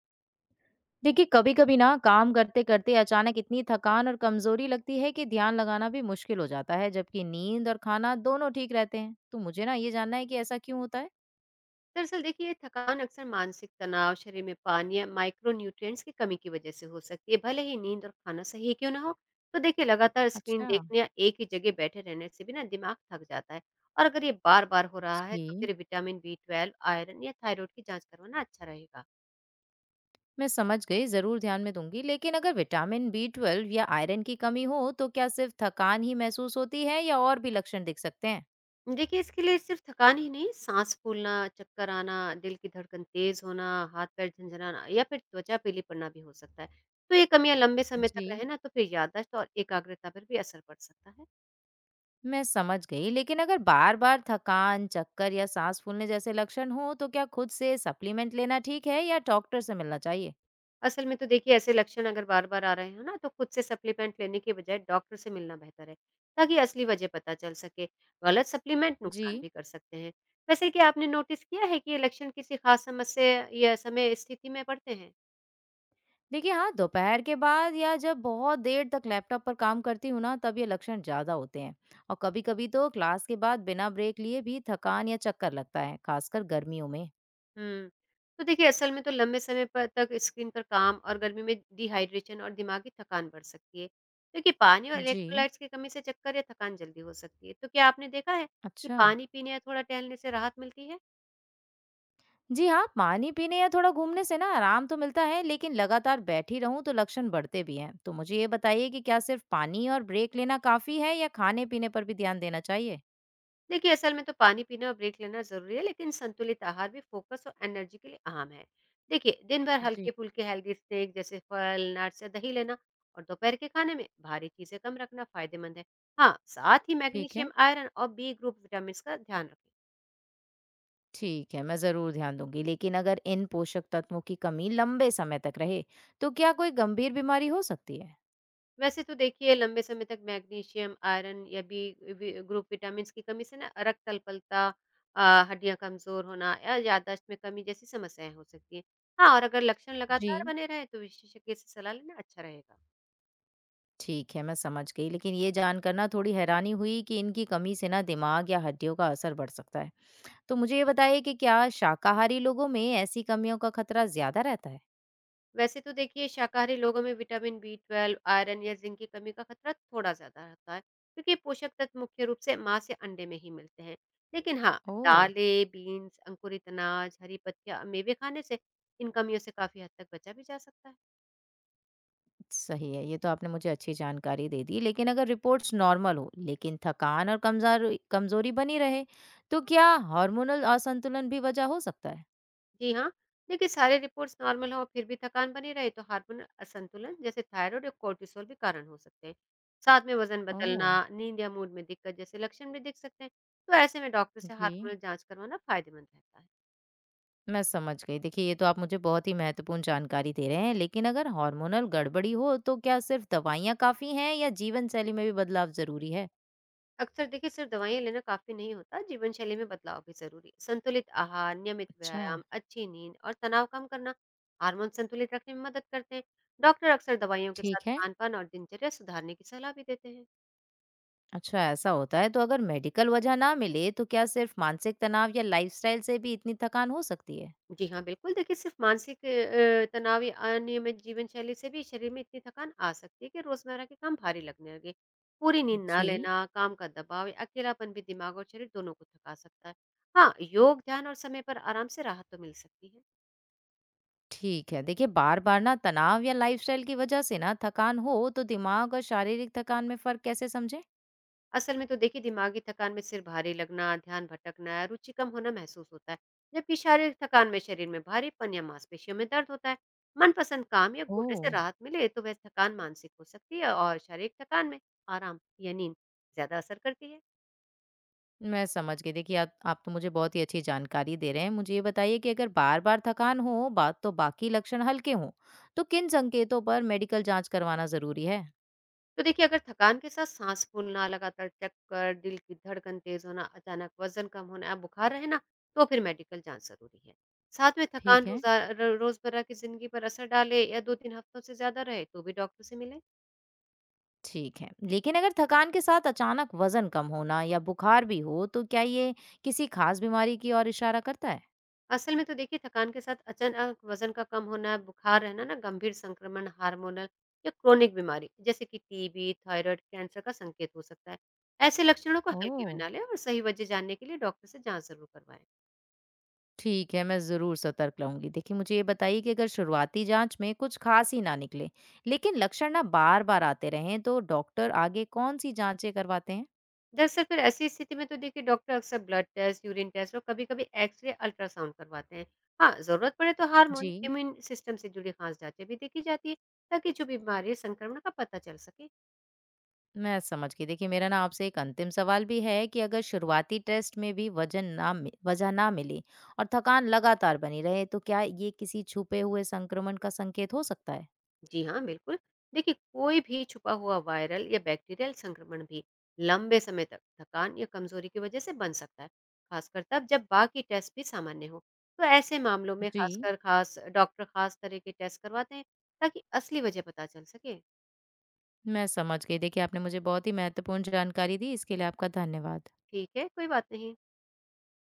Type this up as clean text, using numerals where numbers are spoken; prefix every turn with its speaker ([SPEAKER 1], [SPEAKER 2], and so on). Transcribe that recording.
[SPEAKER 1] देखिए कभी-कभी ना काम करते-करते अचानक इतनी थकान और कमजोरी लगती है कि ध्यान लगाना भी मुश्किल हो जाता है जबकि नींद और खाना दोनों ठीक रहते हैं। तो मुझे ना ये जानना है कि ऐसा क्यों होता है?
[SPEAKER 2] दरअसल देखिए, थकान अक्सर मानसिक तनाव, शरीर में पानी या माइक्रो न्यूट्रिएंट्स की कमी की वजह से हो सकती है, भले ही नींद और खाना सही क्यों ना हो। तो देखिए, लगातार स्क्रीन
[SPEAKER 1] अच्छा।
[SPEAKER 2] देखने या एक ही जगह बैठे रहने से भी ना दिमाग थक जाता है। और अगर ये बार बार हो रहा है तो
[SPEAKER 1] जी।
[SPEAKER 2] फिर विटामिन बी 12, आयरन या थायराइड की जांच करवाना अच्छा रहेगा।
[SPEAKER 1] मैं समझ गई, जरूर ध्यान में दूंगी। लेकिन अगर विटामिन बी ट्वेल्व या आयरन की कमी हो तो क्या सिर्फ थकान ही महसूस होती है या और भी लक्षण दिख सकते हैं?
[SPEAKER 2] देखिए, इसके लिए सिर्फ थकान ही नहीं, सांस फूलना, चक्कर आना, दिल की धड़कन तेज होना, हाथ पैर झनझनाना या फिर त्वचा पीली पड़ना भी हो सकता है। तो ये कमियां लंबे समय
[SPEAKER 1] जी।
[SPEAKER 2] तक रहे ना तो फिर याददाश्त और एकाग्रता पर भी असर पड़ सकता है।
[SPEAKER 1] मैं समझ गई, लेकिन अगर बार-बार थकान, चक्कर या सांस फूलने जैसे लक्षण हो तो क्या खुद से सप्लीमेंट लेना ठीक है या डॉक्टर से मिलना चाहिए?
[SPEAKER 2] असल में तो देखिए, ऐसे लक्षण अगर बार बार आ रहे हो ना, तो खुद से सप्लीमेंट लेने के बजाय डॉक्टर से मिलना बेहतर है, ताकि असली वजह पता चल सके। गलत सप्लीमेंट
[SPEAKER 1] जी।
[SPEAKER 2] नुकसान भी कर सकते हैं। वैसे क्या आपने नोटिस किया है कि ये लक्षण किसी खास समस्या या समय स्थिति में पड़ते हैं?
[SPEAKER 1] देखिए हाँ, दोपहर के बाद या जब बहुत देर तक लैपटॉप पर काम करती हूँ ना तब ये लक्षण ज़्यादा होते हैं। और कभी-कभी तो क्लास के बाद बिना ब्रेक लिए भी थकान या चक्कर लगता है खासकर गर्मियों में।
[SPEAKER 2] हम्म। तो देखिए, असल में तो लंबे समय पर तक स्क्रीन पर काम और गर्मी में डिहाइड्रेशन और दिमागी थकान बढ़ सकती है, क्योंकि पानी और
[SPEAKER 1] जी।
[SPEAKER 2] इलेक्ट्रोलाइट्स की कमी से चक्कर या थकान जल्दी हो सकती है। तो क्या आपने देखा है कि
[SPEAKER 1] अच्छा।
[SPEAKER 2] पानी पीने या थोड़ा टहलने से राहत मिलती है?
[SPEAKER 1] जी हाँ, पानी पीने या थोड़ा घूमने से ना आराम तो मिलता है लेकिन लगातार बैठी रहूं तो लक्षण बढ़ते भी हैं। तो मुझे ये बताइए कि क्या सिर्फ पानी और ब्रेक लेना काफी है या खाने पीने पर भी ध्यान देना चाहिए?
[SPEAKER 2] देखिए, असल में तो पानी पीना और ब्रेक लेना जरूरी है, लेकिन संतुलित आहार भी फोकस और एनर्जी के लिए अहम है। देखिए, दिन भर
[SPEAKER 1] जी।
[SPEAKER 2] हल्के फुल्के हेल्दी स्नैक जैसे फल, नट्स या दही लेना और दोपहर के खाने में भारी चीजें कम रखना फायदेमंद है। हाँ, साथ ही
[SPEAKER 1] ठीक है।
[SPEAKER 2] मैग्नीशियम, आयरन और बी ग्रुप विटामिन का ध्यान रखें।
[SPEAKER 1] ठीक है, मैं ज़रूर ध्यान दूँगी। लेकिन अगर इन पोषक तत्वों की कमी लंबे समय तक रहे, तो क्या कोई गंभीर बीमारी हो सकती है?
[SPEAKER 2] वैसे तो देखिए, लंबे समय तक मैग्नीशियम, आयरन या बी वि ग्रुप विटामिन्स की कमी से ना रक्त अल्पलता, हड्डियाँ कमज़ोर होना या याददाश्त में कमी जैसी समस्याएँ हो सकती हैं। हाँ, और अगर लक्षण
[SPEAKER 1] जी।
[SPEAKER 2] लगातार बने रहे तो विशेषज्ञ से सलाह लेना अच्छा रहेगा।
[SPEAKER 1] ठीक है, मैं समझ गई। लेकिन ये जानकर ना थोड़ी हैरानी हुई कि इनकी कमी से ना दिमाग या हड्डियों का असर बढ़ सकता है। तो मुझे ये बताइए कि क्या शाकाहारी लोगों में ऐसी कमियों का खतरा ज़्यादा रहता है?
[SPEAKER 2] वैसे तो देखिए, शाकाहारी लोगों में विटामिन बी 12, आयरन या जिंक की कमी का खतरा थोड़ा ज़्यादा रहता है, क्योंकि ये पोषक तत्व मुख्य रूप से मांस या अंडे में ही मिलते हैं। लेकिन हाँ,
[SPEAKER 1] ओह!
[SPEAKER 2] दालें, बीन्स, अंकुरित अनाज, हरी पत्तियाँ, मेवे खाने से इन कमियों से काफ़ी हद तक बचा भी जा सकता है।
[SPEAKER 1] सही है, ये तो आपने मुझे अच्छी जानकारी दे दी। लेकिन अगर रिपोर्ट्स नॉर्मल हो, लेकिन थकान और कमज़ार कमज़ोरी बनी रहे, तो क्या हार्मोनल असंतुलन भी वजह हो सकता है?
[SPEAKER 2] जी हाँ। देखिए, सारे रिपोर्ट्स नॉर्मल हो फिर भी थकान बनी रहे तो हार्मोन असंतुलन जैसे थायराइड और कोर्टिसोल भी कारण हो सकते हैं। साथ में वजन बदलना,
[SPEAKER 1] ओह!
[SPEAKER 2] नींद या मूड में दिक्कत जैसे लक्षण भी दिख सकते हैं। तो ऐसे में डॉक्टर से
[SPEAKER 1] जी,
[SPEAKER 2] हार्मोनल जांच करवाना फायदेमंद रहता है।
[SPEAKER 1] मैं समझ गई। देखिए, ये तो आप मुझे बहुत ही महत्वपूर्ण जानकारी दे रहे हैं, लेकिन अगर हार्मोनल गड़बड़ी हो तो क्या सिर्फ दवाइयाँ काफ़ी हैं या जीवन-शैली में भी बदलाव ज़रूरी है?
[SPEAKER 2] अक्सर देखिए, सिर्फ दवाइयाँ लेना काफी नहीं होता, जीवन शैली में बदलाव भी जरूरी है। संतुलित आहार, नियमित
[SPEAKER 1] अच्छा।
[SPEAKER 2] व्यायाम, अच्छी नींद और तनाव कम करना हार्मोन संतुलित रखने में मदद करते हैं। डॉक्टर अक्सर दवाइयों के साथ
[SPEAKER 1] ठीक है।
[SPEAKER 2] खान पान और दिनचर्या सुधारने की सलाह भी देते हैं।
[SPEAKER 1] अच्छा, ऐसा होता है। तो अगर मेडिकल वजह ना मिले तो क्या सिर्फ मानसिक तनाव या लाइफ़स्टाइल से भी इतनी थकान हो सकती है?
[SPEAKER 2] जी हाँ, बिल्कुल। देखिए, सिर्फ़ मानसिक तनाव या अनियमित जीवन शैली से भी शरीर में इतनी थकान आ सकती है कि रोज़मर्रा के काम भारी लगने लगे। पूरी नींद ना
[SPEAKER 1] जी।
[SPEAKER 2] लेना, काम का दबाव या अकेलापन भी दिमाग और शरीर दोनों को थका सकता है। हाँ, योग, ध्यान और समय पर आराम से राहत तो मिल सकती है।
[SPEAKER 1] ठीक है। देखिए, बार-बार ना तनाव या लाइफ़स्टाइल की वजह से ना थकान हो तो दिमाग और शारीरिक थकान में फ़र्क कैसे समझें?
[SPEAKER 2] असल में तो देखिए, दिमागी थकान में सिर भारी लगना, ध्यान भटकना, रुचि कम होना महसूस होता है, जबकि शारीरिक थकान में शरीर में भारीपन या मांसपेशियों में दर्द होता है। मनपसंद काम या घूमने से
[SPEAKER 1] ओह!
[SPEAKER 2] राहत मिले तो वह थकान मानसिक हो सकती है, और शारीरिक थकान में आराम या नींद ज्यादा असर करती है।
[SPEAKER 1] मैं समझ गई। देखिए, आप तो मुझे बहुत ही अच्छी जानकारी दे रहे हैं। मुझे ये बताइए कि अगर बार-बार थकान हो, बात तो बाकी लक्षण हल्के हों, तो किन संकेतों पर मेडिकल जांच करवाना ज़रूरी है?
[SPEAKER 2] तो देखिए, अगर थकान के साथ सांस फूलना, लगातार चक्कर, दिल की धड़कन तेज होना, अचानक वजन कम होना या बुखार रहना, तो फिर मेडिकल जांच जरूरी है। साथ में थकान
[SPEAKER 1] ठीक है।
[SPEAKER 2] रोजमर्रा की जिंदगी पर असर डाले या दो तीन हफ्तों से ज्यादा रहे तो भी डॉक्टर से मिले।
[SPEAKER 1] ठीक है। लेकिन अगर थकान के साथ अचानक वज़न कम होना या बुखार भी हो, तो क्या ये किसी खास बीमारी की ओर इशारा करता है?
[SPEAKER 2] असल में तो देखिए, थकान के साथ अचानक वजन का कम होना, बुखार रहना ना गंभीर संक्रमण, हार्मोनल या क्रोनिक बीमारी जैसे कि टीबी, थायराइड, कैंसर का संकेत हो सकता है। ऐसे लक्षणों को हल्के में
[SPEAKER 1] ओ।
[SPEAKER 2] ना लें और सही वजह जानने के लिए डॉक्टर से जांच जरूर करवाएं।
[SPEAKER 1] ठीक है, मैं ज़रूर सतर्क रहूँगी। देखिए, मुझे ये बताइए कि अगर शुरुआती जांच में कुछ खास ही ना निकले, लेकिन लक्षण ना बार-बार आते रहें, तो डॉक्टर आगे कौन सी जांचें करवाते हैं?
[SPEAKER 2] दरअसल फिर ऐसी स्थिति में तो देखिए, डॉक्टर अक्सर ब्लड टेस्ट, यूरिन टेस्ट और कभी-कभी एक्सरे, अल्ट्रासाउंड करवाते हैं। हाँ, जरूरत पड़े तो हार्मोन,
[SPEAKER 1] जी।
[SPEAKER 2] इम्यून सिस्टम से जुड़ी खास जांचें भी देखी जाती है, ताकि जो बीमारी है, संक्रमण का पता चल सके।
[SPEAKER 1] मैं समझ गई। देखिए मेरा ना आपसे एक अंतिम सवाल भी है कि अगर शुरुआती टेस्ट में भी वजह ना मिली और थकान लगातार बनी रहे तो क्या ये किसी छुपे हुए संक्रमण का संकेत हो सकता है?
[SPEAKER 2] जी हाँ, बिल्कुल। देखिए, कोई भी छुपा हुआ वायरल या बैक्टीरियल संक्रमण भी लंबे समय तक थकान या कमजोरी की वजह से बन सकता है, खासकर तब जब बाकी टेस्ट भी सामान्य हो। तो ऐसे मामलों में
[SPEAKER 1] जी।
[SPEAKER 2] खासकर खास डॉक्टर खास तरह के टेस्ट करवाते हैं, ताकि असली वजह पता चल सके।
[SPEAKER 1] मैं समझ गई। देखिए आपने मुझे बहुत ही महत्वपूर्ण जानकारी दी, इसके लिए आपका धन्यवाद।
[SPEAKER 2] ठीक है, कोई बात नहीं।